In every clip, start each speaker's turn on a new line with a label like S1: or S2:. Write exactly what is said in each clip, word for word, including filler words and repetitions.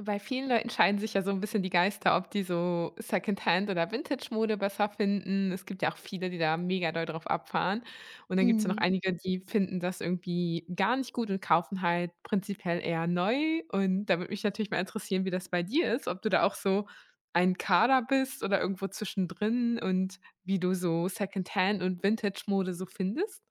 S1: Bei vielen Leuten scheiden sich ja so ein bisschen die Geister, ob die so Secondhand oder Vintage-Mode besser finden. Es gibt ja auch viele, die da mega doll drauf abfahren. Und dann gibt es ja noch
S2: Mhm.
S1: einige, die finden das irgendwie gar nicht gut und kaufen halt prinzipiell eher neu. Und da würde mich natürlich mal interessieren, wie das bei dir ist, ob du da auch so ein Kader bist oder irgendwo zwischendrin und wie du so Secondhand und Vintage-Mode so findest?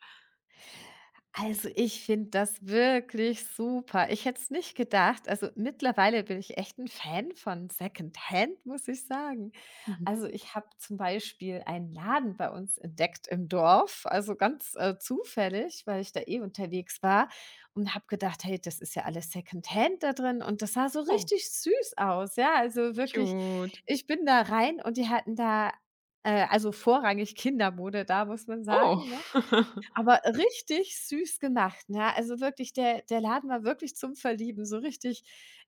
S2: Also, ich finde das wirklich super. Ich hätte es nicht gedacht. Also, mittlerweile bin ich echt ein Fan von Secondhand, muss ich sagen.
S1: Mhm.
S2: Also, ich habe zum Beispiel einen Laden bei uns entdeckt im Dorf, also ganz, äh, zufällig, weil ich da eh unterwegs war und habe gedacht: „Hey, das ist ja alles Secondhand da drin" und das sah so
S1: Oh,
S2: richtig süß aus, ja. Also, wirklich,
S1: cute.
S2: ich bin da rein und die hatten da, äh also vorrangig Kindermode da, muss man
S1: Oh.
S2: sagen, ne? Aber richtig süß gemacht, ne? Also, wirklich, der der Laden war wirklich zum Verlieben, so richtig,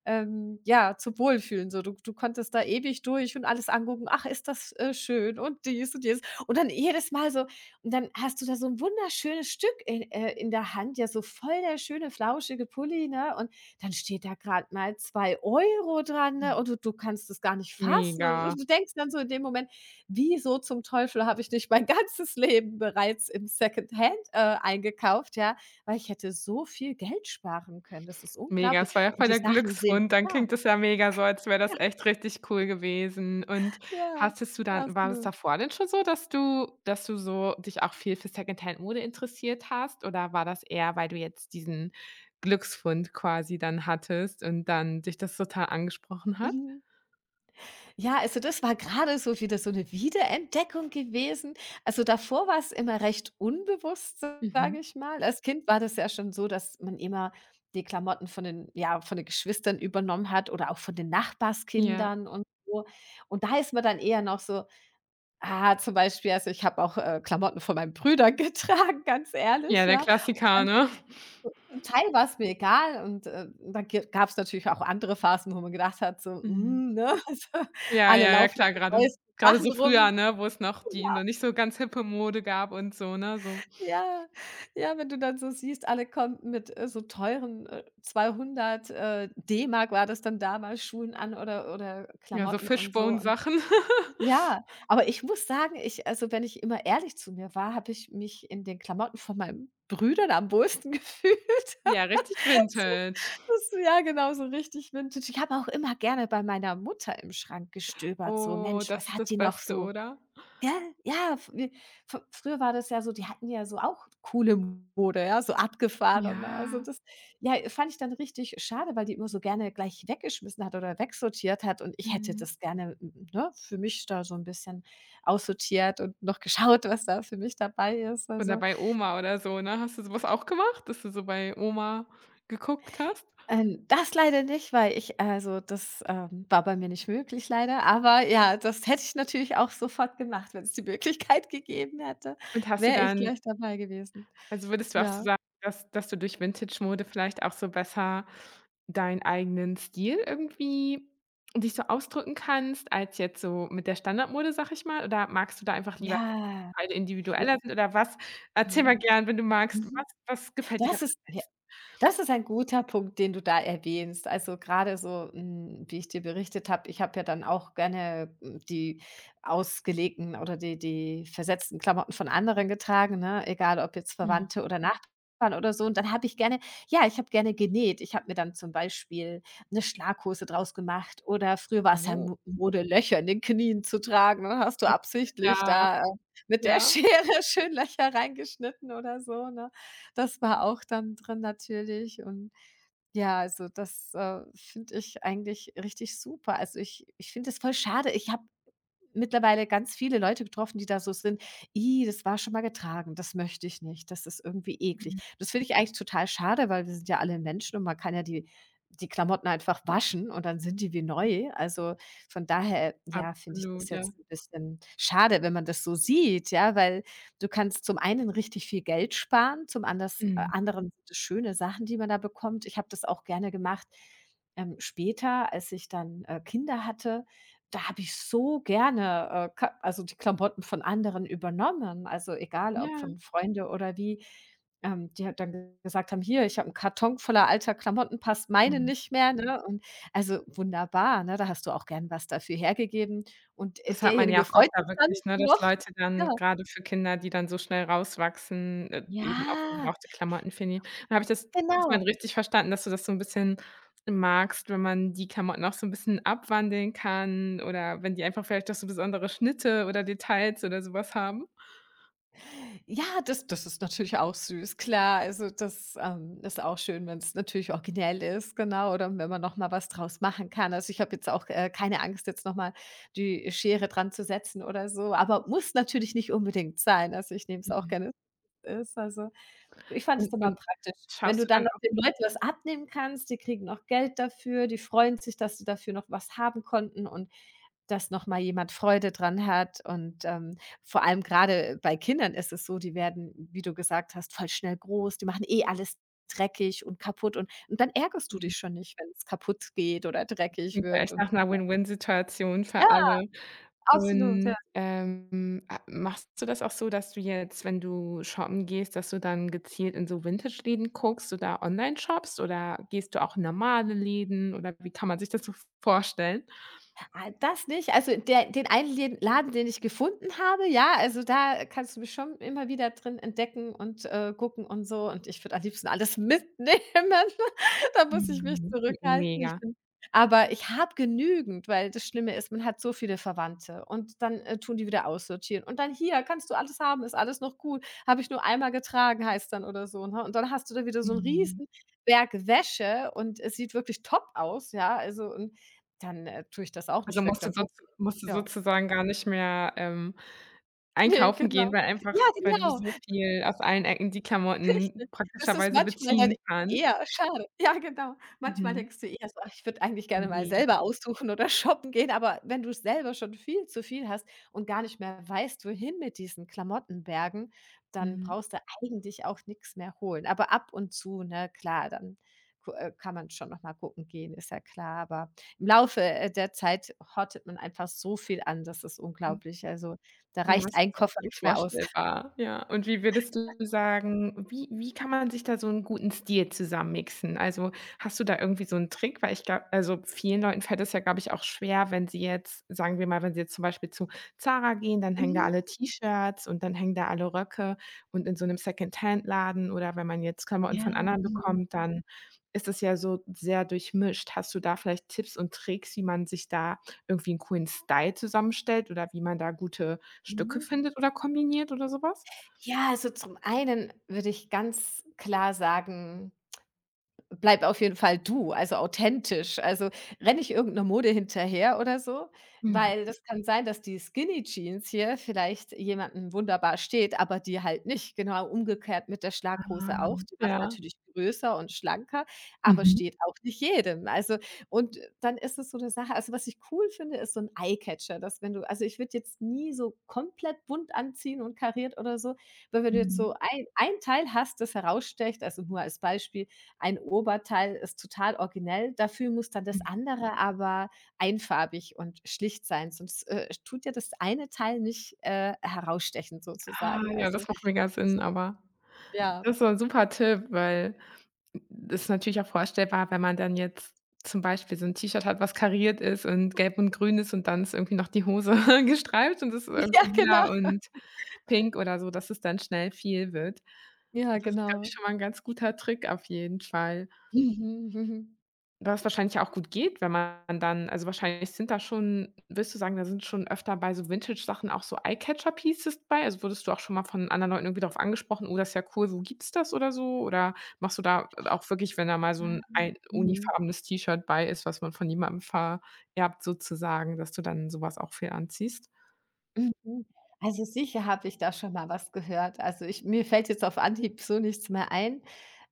S2: ähm, ja, zum Wohlfühlen so. Du du konntest da ewig durch und alles angucken. Ach, ist das, äh, schön und dies und jenes. Und dann jedes Mal so und dann hast du da so ein wunderschönes Stück in äh, in der Hand, ja, so voll der schöne flauschige Pulli, ne? Und dann steht da gerade mal zwei Euro dran, ne? Und du du kannst es gar nicht fassen.
S1: Mega.
S2: Und du denkst dann so in dem Moment: Wieso zum Teufel habe ich nicht mein ganzes Leben bereits im Secondhand, äh, eingekauft, ja? Weil ich hätte so viel Geld sparen können. Das ist
S1: Mega,
S2: unglaublich.
S1: es war ja
S2: Und
S1: voll
S2: die
S1: der
S2: Sachen sind
S1: Glücksfund, dann
S2: da.
S1: klingt das ja mega so, als wäre das echt richtig cool gewesen. Und
S2: Ja,
S1: hastest du dann, war es
S2: absolut.
S1: davor denn schon so, dass du dass du so dich auch viel für Secondhand-Mode interessiert hast, oder war das eher, weil du jetzt diesen Glücksfund quasi dann hattest und dann dich das total angesprochen hat?
S2: Mhm. Ja, also das war gerade so wieder so eine Wiederentdeckung gewesen. Also, davor war es immer recht unbewusst,
S1: Mhm.
S2: sage ich mal. Als Kind war das ja schon so, dass man immer die Klamotten von den ja, von den Geschwistern übernommen hat oder auch von den
S1: Ja.
S2: Nachbarskindern und so. Und da ist man dann eher noch so. Ah, zum Beispiel, also, ich habe auch, äh, Klamotten von meinen Brüdern getragen, ganz
S1: Ja,
S2: ehrlich,
S1: der
S2: ja.
S1: Klassiker,
S2: Und
S1: ne?
S2: zum Teil war es mir egal und, äh, da g gab's natürlich auch andere Phasen, wo man gedacht hat so:
S1: Mhm.
S2: „Hm, ne, also,
S1: Ja,
S2: alle
S1: ja, ja,
S2: laufen
S1: klar,
S2: mit den
S1: grade
S2: neuesten
S1: grade
S2: Sachen
S1: so
S2: rum."
S1: früher, ne, wo es noch die noch nicht so ganz hippe Mode gab und so, ne, so.
S2: Ja, ja, wenn du dann so siehst, alle kommen mit, äh, so teuren, äh, zweihundert, äh, D-Mark war das dann damals, Schuhen an oder oder
S1: Ja, so
S2: Klamotten und so und.
S1: Fishbone-Sachen.
S2: Ja, aber ich muss sagen, ich also, wenn ich immer ehrlich zu mir war, habe ich mich in den Klamotten von meinen Brüdern am wohlsten gefühlt.
S1: Ja, richtig
S2: Also,
S1: Vintage.
S2: das, ja, genau, so richtig vintage. Ich habe auch immer gerne bei meiner Mutter im Schrank gestöbert, so:
S1: Oh,
S2: „Mensch, was
S1: das ist
S2: hat
S1: das
S2: die noch
S1: Beste,
S2: so
S1: oder?
S2: ja, ja, f wie fr früher war das ja so, die hatten ja so auch coole Mode, ja, so abgefahrene. Also,
S1: Ja,
S2: das, ja, fand ich dann richtig schade, weil die immer so gerne gleich weggeschmissen hat oder wegsortiert hat und ich hätte
S1: mhm.
S2: das gerne, n ne, für mich da so ein bisschen aussortiert und noch geschaut, was da für mich dabei ist.
S1: Oder
S2: Also,
S1: bei Oma oder so, ne? Hast du so was auch gemacht, dass du so bei Oma geguckt hast?
S2: Ähm, das leider nicht, weil ich, also, das, ähm, war bei mir nicht möglich leider, aber ja, das hätte ich natürlich auch sofort gemacht, wenn es die Möglichkeit gegeben hätte,
S1: Und hast du
S2: wäre ich
S1: dann,
S2: gleich dabei gewesen.
S1: also, würdest du auch so
S2: Ja.
S1: sagen, dass dass du durch Vintage-Mode vielleicht auch so besser deinen eigenen Stil irgendwie, dich so ausdrücken kannst als jetzt so mit der Standardmode, sag ich mal? Oder magst du da einfach lieber, dass die
S2: Ja.
S1: Teile
S2: Ja.
S1: individueller sind oder was? Erzähl
S2: Mhm.
S1: mal gern, wenn du magst,
S2: Mhm.
S1: was was gefällt dir
S2: Das
S1: daran
S2: ist
S1: am
S2: ja
S1: besten?
S2: Das ist ein guter Punkt, den du da erwähnst. Also, gerade so, hm, wie ich dir berichtet habe, ich habe ja dann auch gerne, hm, die ausgelegten oder die die versetzten Klamotten von anderen getragen, ne, egal ob jetzt
S1: Mhm.
S2: Verwandte oder Nachbarn oder so. Und dann habe ich gerne ja, ich habe gerne genäht. Ich habe mir dann zum Beispiel eine Schlaghose draus gemacht oder früher war es ja
S1: Oh.
S2: Mo Mode, Löcher in den Knien zu tragen, ne? Hast du
S1: Oh,
S2: absichtlich
S1: ja,
S2: da, äh, mit der
S1: ja.
S2: Schere schön Löcher reingeschnitten oder so, ne? Das war auch dann drin natürlich und ja, also das, äh, finde ich eigentlich richtig super. Also, ich ich finde es voll schade. Ich habe mittlerweile ganz viele Leute getroffen, die da so sind: „I, das war schon mal getragen, das möchte ich nicht, das ist irgendwie eklig."
S1: Mhm.
S2: Das finde ich eigentlich total schade, weil wir sind ja alle Menschen und man kann ja die die Klamotten einfach waschen und dann sind die wie neu. Also, von daher, ja, finde ich das
S1: Absolut, ja.
S2: jetzt ein bisschen schade, wenn man das so sieht, ja, weil du kannst zum einen richtig viel Geld sparen, zum anders äh,
S1: Mhm.
S2: anderen sind es schöne Sachen, die man da bekommt. Ich habe das auch gerne gemacht, ähm, später, als ich dann, äh, Kinder hatte, da habe ich so gerne, äh, Ka also, die Klamotten von anderen übernommen, also, egal ob
S1: Ja.
S2: von Freunde oder wie, ähm, die halt dann ge- gesagt haben: „Hier, ich habe einen Karton voller alter Klamotten, passt meine
S1: Mhm.
S2: nicht mehr", ne? Und, also, wunderbar, ne? Da hast du auch gern was dafür hergegeben und, äh,
S1: Das hat man ja
S2: derjenige
S1: auch oft
S2: freut sich
S1: da
S2: dann
S1: wirklich, ne, dass
S2: noch.
S1: Leute
S2: Ja.
S1: dann gerade für Kinder, die dann so schnell rauswachsen, äh, eben auch
S2: Ja,
S1: gebrauchte Klamotten für die. Habe ich das
S2: genau.
S1: vorhin richtig verstanden, dass du das so 'n bisschen magst, wenn man die Klamotten auch so 'n bisschen abwandeln kann oder wenn die einfach vielleicht auch so besondere Schnitte oder Details oder so was haben?
S2: Ja, das das ist natürlich auch süß, klar. Also, das, ähm, ist auch schön, wenn es natürlich originell ist, genau, oder wenn man noch mal was draus machen kann. Also, ich habe jetzt auch, äh, keine Angst, jetzt noch mal die Schere dran zu setzen oder so, aber muss natürlich nicht unbedingt sein. Also, ich nehme es auch
S1: Mhm.
S2: gerne ist. Also, ich fand es
S1: Und
S2: immer
S1: und
S2: praktisch, wenn du
S1: schaust du
S2: dann
S1: dann
S2: noch
S1: auch
S2: den Leuten was abnehmen kannst, die kriegen auch Geld dafür, die freuen sich, dass sie dafür noch was haben konnten und dass noch mal jemand Freude dran hat. Und, ähm, vor allem grade bei Kindern ist es so, die werden, wie du gesagt hast, voll schnell groß, die machen eh alles dreckig und kaputt und und dann ärgerst du
S1: mhm,
S2: dich schon nicht, wenn's kaputt geht oder dreckig
S1: klingt ja
S2: wird
S1: echt
S2: und
S1: nach 'ner Win-Win-Situation
S2: ja,
S1: für alle.
S2: absolut, ja.
S1: Und, ähm, a machst du das auch so, dass du jetzt, wenn du shoppen gehst, dass du dann gezielt in so Vintage-Läden guckst oder online shoppst oder gehst du auch in normale Läden oder wie kann man sich das so vorstellen?
S2: Ah, das nicht. Also, der den einen Läden Laden, den ich gefunden habe, ja, also da kannst du mich schon immer wieder drin entdecken und, äh, gucken und so und ich würde am liebsten alles mitnehmen. Da muss ich mich
S1: Mhm.
S2: zurückhalten. Ich
S1: Mega.
S2: bin aber ich habe genügend, weil das Schlimme ist, man hat so viele Verwandte und dann, äh, tun die wieder aussortieren und dann: „Hier, kannst du alles haben, ist alles noch gut. Habe ich nur einmal getragen", heißt dann oder so, ne? Und dann hast du da wieder so einen
S1: Mhm.
S2: riesen Berg Wäsche und es sieht wirklich top aus, ja, also, und dann, äh, tue ich das auch
S1: Also,
S2: nicht weg,
S1: musst du
S2: dann
S1: so
S2: gucke
S1: musst du
S2: ich ja.
S1: sozusagen gar nicht mehr, ähm,
S2: Ne,
S1: einkaufen gehen,
S2: genau.
S1: weil einfach,
S2: Ja,
S1: weil du
S2: genau.
S1: so viel aus allen Ecken die Klamotten
S2: Das ist
S1: praktischerweise
S2: manchmal dann
S1: beziehen kannst.
S2: eher schade. Ja, genau. Manchmal
S1: Mhm.
S2: denkst du eher so: „Ach, ich würde eigentlich gerne mal
S1: Mega.
S2: selber aussuchen oder shoppen gehen." Aber wenn du selber schon viel zu viel hast und gar nicht mehr weißt, wohin mit diesen Klamottenbergen, dann
S1: Mhm.
S2: brauchst du eigentlich auch nix mehr holen. Aber ab und zu, ne, klar, dann gu äh, kann man schon noch mal gucken gehen, ist ja klar. Aber im Laufe, äh, der Zeit hortet man einfach so viel an, das ist unglaublich. Also, da
S1: Ja, das
S2: reicht
S1: ist
S2: ein Koffer
S1: absolut
S2: nicht mehr aus.
S1: vorstellbar. Ja, und wie würdest du sagen, wie wie kann man sich da so einen guten Stil zusammenmixen? Also, hast du da irgendwie so einen Trick? Weil ich glaube, also, vielen Leuten fällt es ja, glaube ich, auch schwer, wenn sie jetzt, sagen wir mal, wenn sie jetzt zum Beispiel zu Zara gehen, dann hängen da
S2: Mhm.
S1: alle T-Shirts und dann hängen da alle Röcke und in so einem 'nem Laden oder wenn man jetzt Klamotten
S2: Ja,
S1: von anderen
S2: mhm.
S1: bekommt, dann ist es ja so sehr durchmischt. Hast du da vielleicht Tipps und Tricks, wie man sich da irgendwie einen coolen Style zusammenstellt oder wie man da gute Stücke
S2: Mhm.
S1: findet oder kombiniert oder so was?
S2: Ja, also zum einen würde ich ganz klar sagen: „Bleib auf jeden Fall du, also authentisch." Also, renne ich irgend Mode hinterher oder so,
S1: Mhm.
S2: weil das kann sein, dass die Skinny Jeans hier vielleicht jemandem wunderbar steht, aber dir halt nicht. Genau umgekehrt mit der Schlaghose
S1: Ah,
S2: auch. Die macht
S1: ja.
S2: natürlich größer und schlanker, aber
S1: Mhm,
S2: steht auch nicht jedem. Also, und dann ist es so eine Sache, also, was ich cool finde, ist so ein Eye-Catcher, dass wenn du, also, ich würde jetzt nie so komplett bunt anziehen und kariert oder so, weil wenn du jetzt
S1: mhm,
S2: so ein ein Teil hast, das herausstecht, also, nur als Beispiel, ein Oberteil ist total originell, dafür muss dann das
S1: mhm.
S2: andere aber einfarbig und schlicht sein, sonst, äh, tut ja das eine Teil nicht, äh, herausstechen
S1: Ah,
S2: sozusagen.
S1: ja,
S2: Also,
S1: das macht mega Sinn, aber
S2: ja.
S1: das ist 'n super Tipp, weil das ist natürlich auch vorstellbar, wenn man dann jetzt zum Beispiel so 'n T-Shirt hat, was kariert ist und gelb und grün ist und dann ist irgendwie noch die Hose gestreift und das ist
S2: Ja,
S1: irgendwie
S2: genau.
S1: lila und pink oder so, dass es dann schnell viel wird.
S2: Ja,
S1: Das ist, glaube ich,
S2: genau.
S1: schon mal 'n ganz guter Trick auf jeden Fall.
S2: Mhm, mhm.
S1: Was wahrscheinlich auch gut geht, wenn man dann, also, wahrscheinlich sind da schon, würdest du sagen, da sind schon öfter bei so Vintage-Sachen auch so Eye-Catcher-Pieces bei? Also, wurdest du auch schon mal von anderen Leuten irgendwie darauf angesprochen: „Oh, das ist ja cool, wo gibt's das?“ oder so? Oder machst du da auch wirklich, wenn da mal so
S2: Ah,
S1: 'n ei
S2: mhm.
S1: unifarbenes T-Shirt bei ist, was man von jemandem vererbt sozusagen, dass du dann so was auch viel anziehst?
S2: Mhm. Also, sicher habe ich da schon mal was gehört. Also, ich mir fällt jetzt auf Anhieb so nichts mehr ein,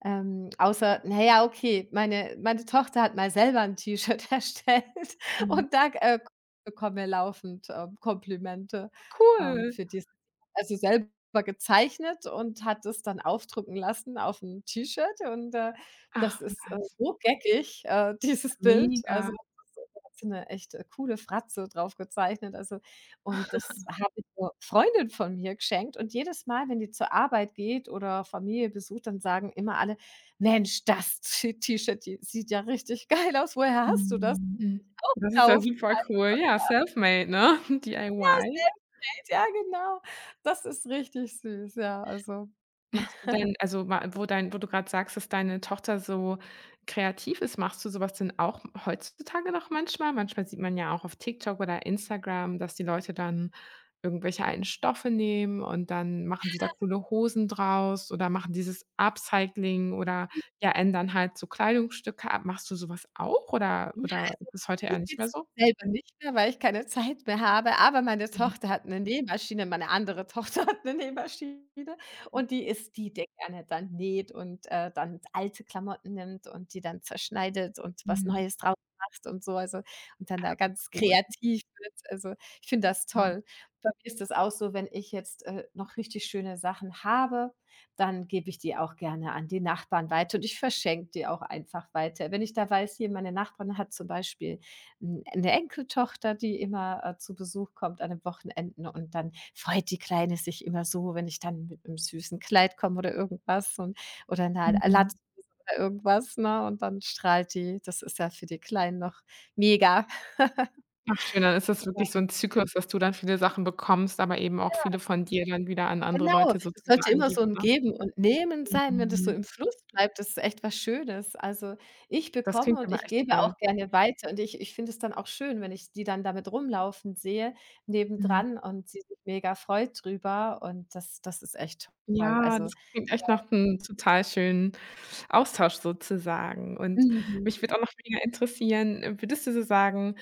S2: ähm, außer, na ja, okay, meine meine Tochter hat mal selber ein T-Shirt erstellt
S1: Mhm.
S2: und da, äh, bekommen wir laufend, ähm, Komplimente, ähm,
S1: Cool.
S2: für dieses, also, selber gezeichnet und hat es dann aufdrucken lassen auf ein T-Shirt und, äh, das
S1: Ach
S2: ist, äh,
S1: was,
S2: so geckig, äh,
S1: ja
S2: dieses Bild. Also,
S1: mega.
S2: da hat sie 'ne echt, äh, coole Fratze drauf gezeichnet. Also, und das habe ich 'ner Freundin von mir geschenkt und jedes Mal, wenn die zur Arbeit geht oder Familie besucht, dann sagen immer alle: „Mensch, das T T-Shirt, die sieht ja richtig geil aus. Woher hast du das
S1: Mhm, mhm. Das ist ja
S2: gekauft?"
S1: super cool. Ja, self-made, ne?
S2: Ja,
S1: D I Y.
S2: selbst, ja, genau. Das ist richtig süß, ja, also.
S1: Machst du denn, also, ma wo dein, wo du gerade sagst, dass deine Tochter so kreativ ist, machst du sowas denn auch heutzutage noch manchmal? Manchmal sieht man ja auch auf TikTok oder Instagram, dass die Leute dann irgendwelche alten Stoffe nehmen und dann machen sie da coole Hosen draus oder machen dieses Upcycling oder, ja, ändern halt so Kleidungsstücke ab. Machst du sowas auch oder oder ist es heute
S2: Ich
S1: eher nicht mehr
S2: jetzt
S1: so?
S2: selber nicht mehr, weil ich keine Zeit mehr habe, aber meine
S1: Ja.
S2: Tochter hat 'ne Nähmaschine meine andere Tochter hat 'ne Nähmaschine und die ist die, die gerne dann näht und, äh, dann alte Klamotten nimmt und die dann zerschneidet und was
S1: Mhm.
S2: Neues draus macht und so, also, und dann da
S1: Wie
S2: ganz
S1: cool.
S2: kreativ wird. Also, ich finde das
S1: Ja.
S2: toll. Bei mir ist das auch so, wenn ich jetzt, äh, noch richtig schöne Sachen habe, dann gebe ich die auch gerne an die Nachbarn weiter und ich verschenke die auch einfach weiter. Wenn ich da weiß, hier meine Nachbarin hat zum Beispiel 'n 'ne Enkeltochter, die immer, äh, zu Besuch kommt an den Wochenenden und dann freut die Kleine sich immer so, wenn ich dann mit einem süßen Kleid komme oder irgendwas und oder eine Latte
S1: Mhm.
S2: oder irgendwas, ne? Und dann strahlt die. Das ist ja für die Kleinen noch mega.
S1: Ach schön, dann ist das wirklich so 'n Zyklus, dass du dann viele Sachen bekommst, aber eben auch viele von dir dann wieder an andere
S2: Genau,
S1: Leute
S2: das sollte
S1: sozusagen
S2: immer so
S1: gibst,
S2: 'n
S1: ne?
S2: Geben und Nehmen sein, wenn das so
S1: Mhm.
S2: im Fluss bleibt, das ist echt was Schönes. Also, ich
S1: Das
S2: bekomme
S1: klingt
S2: und
S1: aber
S2: ich
S1: echt
S2: gebe auch
S1: toll.
S2: gerne weiter und ich ich finde es dann auch schön, wenn ich die dann damit rumlaufen sehe
S1: Mhm.
S2: nebendran und sie sich mega freut drüber und das das ist echt toll.
S1: Ja,
S2: Also,
S1: das klingt echt nach 'nem total schönen Austausch sozusagen. Und
S2: mhm.
S1: mich würde auch noch mega interessieren, äh, würdest du so sagen,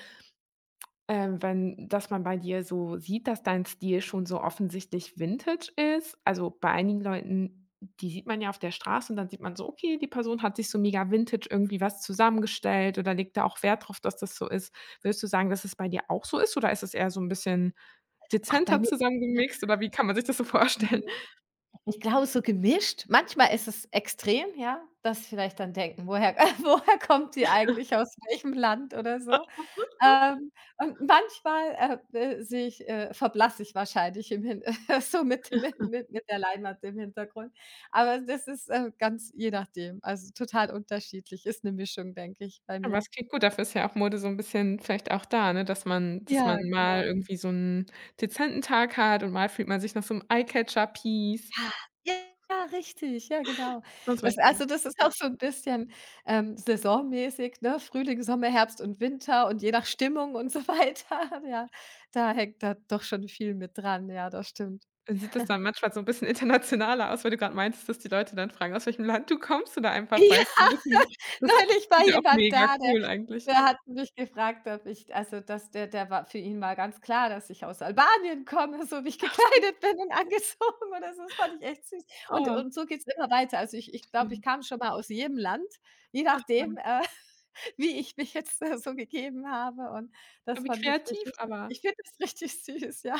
S1: ähm, wenn, dass man bei dir so sieht, dass dein Stil schon so offensichtlich Vintage ist. Also, bei einigen Leuten, die sieht man ja auf der Straße und dann sieht man so, okay, die Person hat sich so mega Vintage irgendwie was zusammengestellt oder legt da auch Wert drauf, dass das so ist. Würdest du sagen, dass es bei dir auch so ist oder ist es eher so ein bisschen
S2: Ach, bei
S1: dezenter
S2: mir
S1: zusammengemixt oder wie kann man sich das so vorstellen?
S2: hm, ich glaube, so gemischt. Manchmal ist es extrem, ja, dass sie vielleicht dann denken: „Woher woher kommt die eigentlich, aus welchem Land" oder so. Ähm, und manchmal, äh, äh, sehe ich, äh, verblasse ich wahrscheinlich im Hin so mit dem mit mit mit der Leinwand im Hintergrund. Aber das ist, äh, ganz je nachdem, also total unterschiedlich. Ist eine Mischung, denke ich, bei
S1: Aber
S2: mir.
S1: es klingt gut, dafür ist ja auch Mode so ein bisschen vielleicht auch da, ne, dass man dass
S2: Ja,
S1: man mal
S2: genau.
S1: irgendwie so einen dezenten Tag hat und mal fühlt man sich nach so 'nem Eyecatcher-Piece.
S2: Ja, ja, ja, richtig, ja, genau.
S1: Was?
S2: Das, also, das ist auch so ein bisschen, ähm, saisonmäßig, ne? Frühling, Sommer, Herbst und Winter und je nach Stimmung und so weiter. Ja, da hängt da doch schon viel mit dran. Ja, das stimmt.
S1: Sieht das dann manchmal so 'n bisschen internationaler aus, weil du grad meintest, dass die Leute dann fragen, aus welchem Land du kommst, oder einfach, weil so 'n bisschen das
S2: Neulich war
S1: klingt ja auch
S2: jemand
S1: mega
S2: da, der
S1: cool eigentlich.
S2: der hat mich gefragt, ob ich, also, dass der der war für ihn mal ganz klar, dass ich aus Albanien komme, so wie ich gekleidet bin und angezogen oder so. Das fand ich echt süß. Und
S1: Oh,
S2: und so geht es immer weiter. Also, ich ich glaube, ich
S1: schön.
S2: kam schon mal aus jedem Land, je nachdem, äh, wie ich mich jetzt, äh, so gegeben habe und
S1: Ach,
S2: das
S1: wie
S2: fand ich richtig
S1: kreativ aber.
S2: ich finde das richtig süß, ja.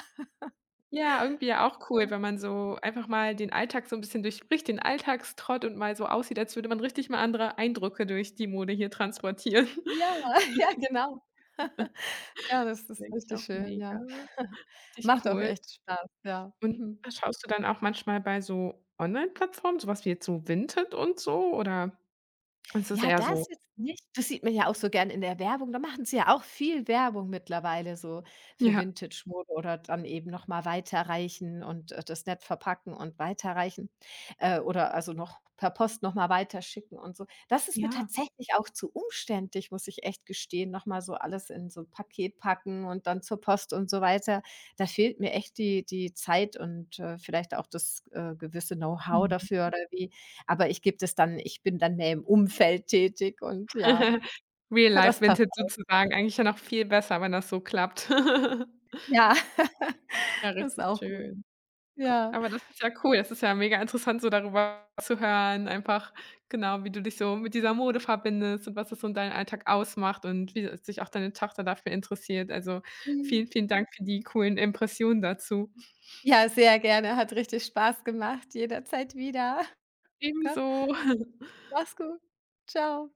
S1: Ja, irgendwie ja auch cool, wenn man so einfach mal den Alltag so 'n bisschen durchbricht, den Alltagstrott, und mal so aussieht, als würde man richtig mal andere Eindrücke durch die Mode hier transportieren.
S2: Ja, ja, genau. Ja, das
S1: Das
S2: ist
S1: finde ich
S2: richtig
S1: auch
S2: schön, ja.
S1: mega richtig
S2: Macht auch
S1: cool.
S2: echt Spaß, ja.
S1: Und da schaust du dann auch manchmal bei so Online-Plattformen, so was wie jetzt so Vinted und so oder ist das
S2: Ja,
S1: eher
S2: das
S1: so.
S2: jetzt nicht. Das sieht man ja auch so gern in der Werbung. Da machen sie ja auch viel Werbung mittlerweile so für
S1: Ja,
S2: Vintage-Mode oder dann eben noch mal weiterreichen und, äh, das nett verpacken und weiterreichen, äh, oder also noch per Post noch mal weiterschicken und so. Das ist mir
S1: ja.
S2: tatsächlich auch zu umständlich, muss ich echt gestehen, noch mal so alles in so ein Paket packen und dann zur Post und so weiter. Da fehlt mir echt die die Zeit und, äh, vielleicht auch das, äh, gewisse Know-how
S1: Mhm.
S2: dafür oder wie, aber ich gebe das dann, ich bin dann mehr im Umfeld tätig und ja,
S1: Real Life
S2: das passt.
S1: Vintage sozusagen, eigentlich ja noch viel besser, wenn das so klappt.
S2: Ja,
S1: Ja,
S2: das ist
S1: richtig
S2: auch gut.
S1: schön.
S2: Ja.
S1: Aber das ist ja cool. Das ist ja mega interessant, so darüber zu hören, einfach genau, wie du dich so mit dieser Mode verbindest und was es so in deinen Alltag ausmacht und wie sich auch deine Tochter dafür interessiert. Also,
S2: Mhm.
S1: vielen, vielen Dank für die coolen Impressionen dazu.
S2: Ja, sehr gerne. Hat richtig Spaß gemacht. Jederzeit wieder. Gell?
S1: Ebenso.
S2: Mach's gut. Tschau.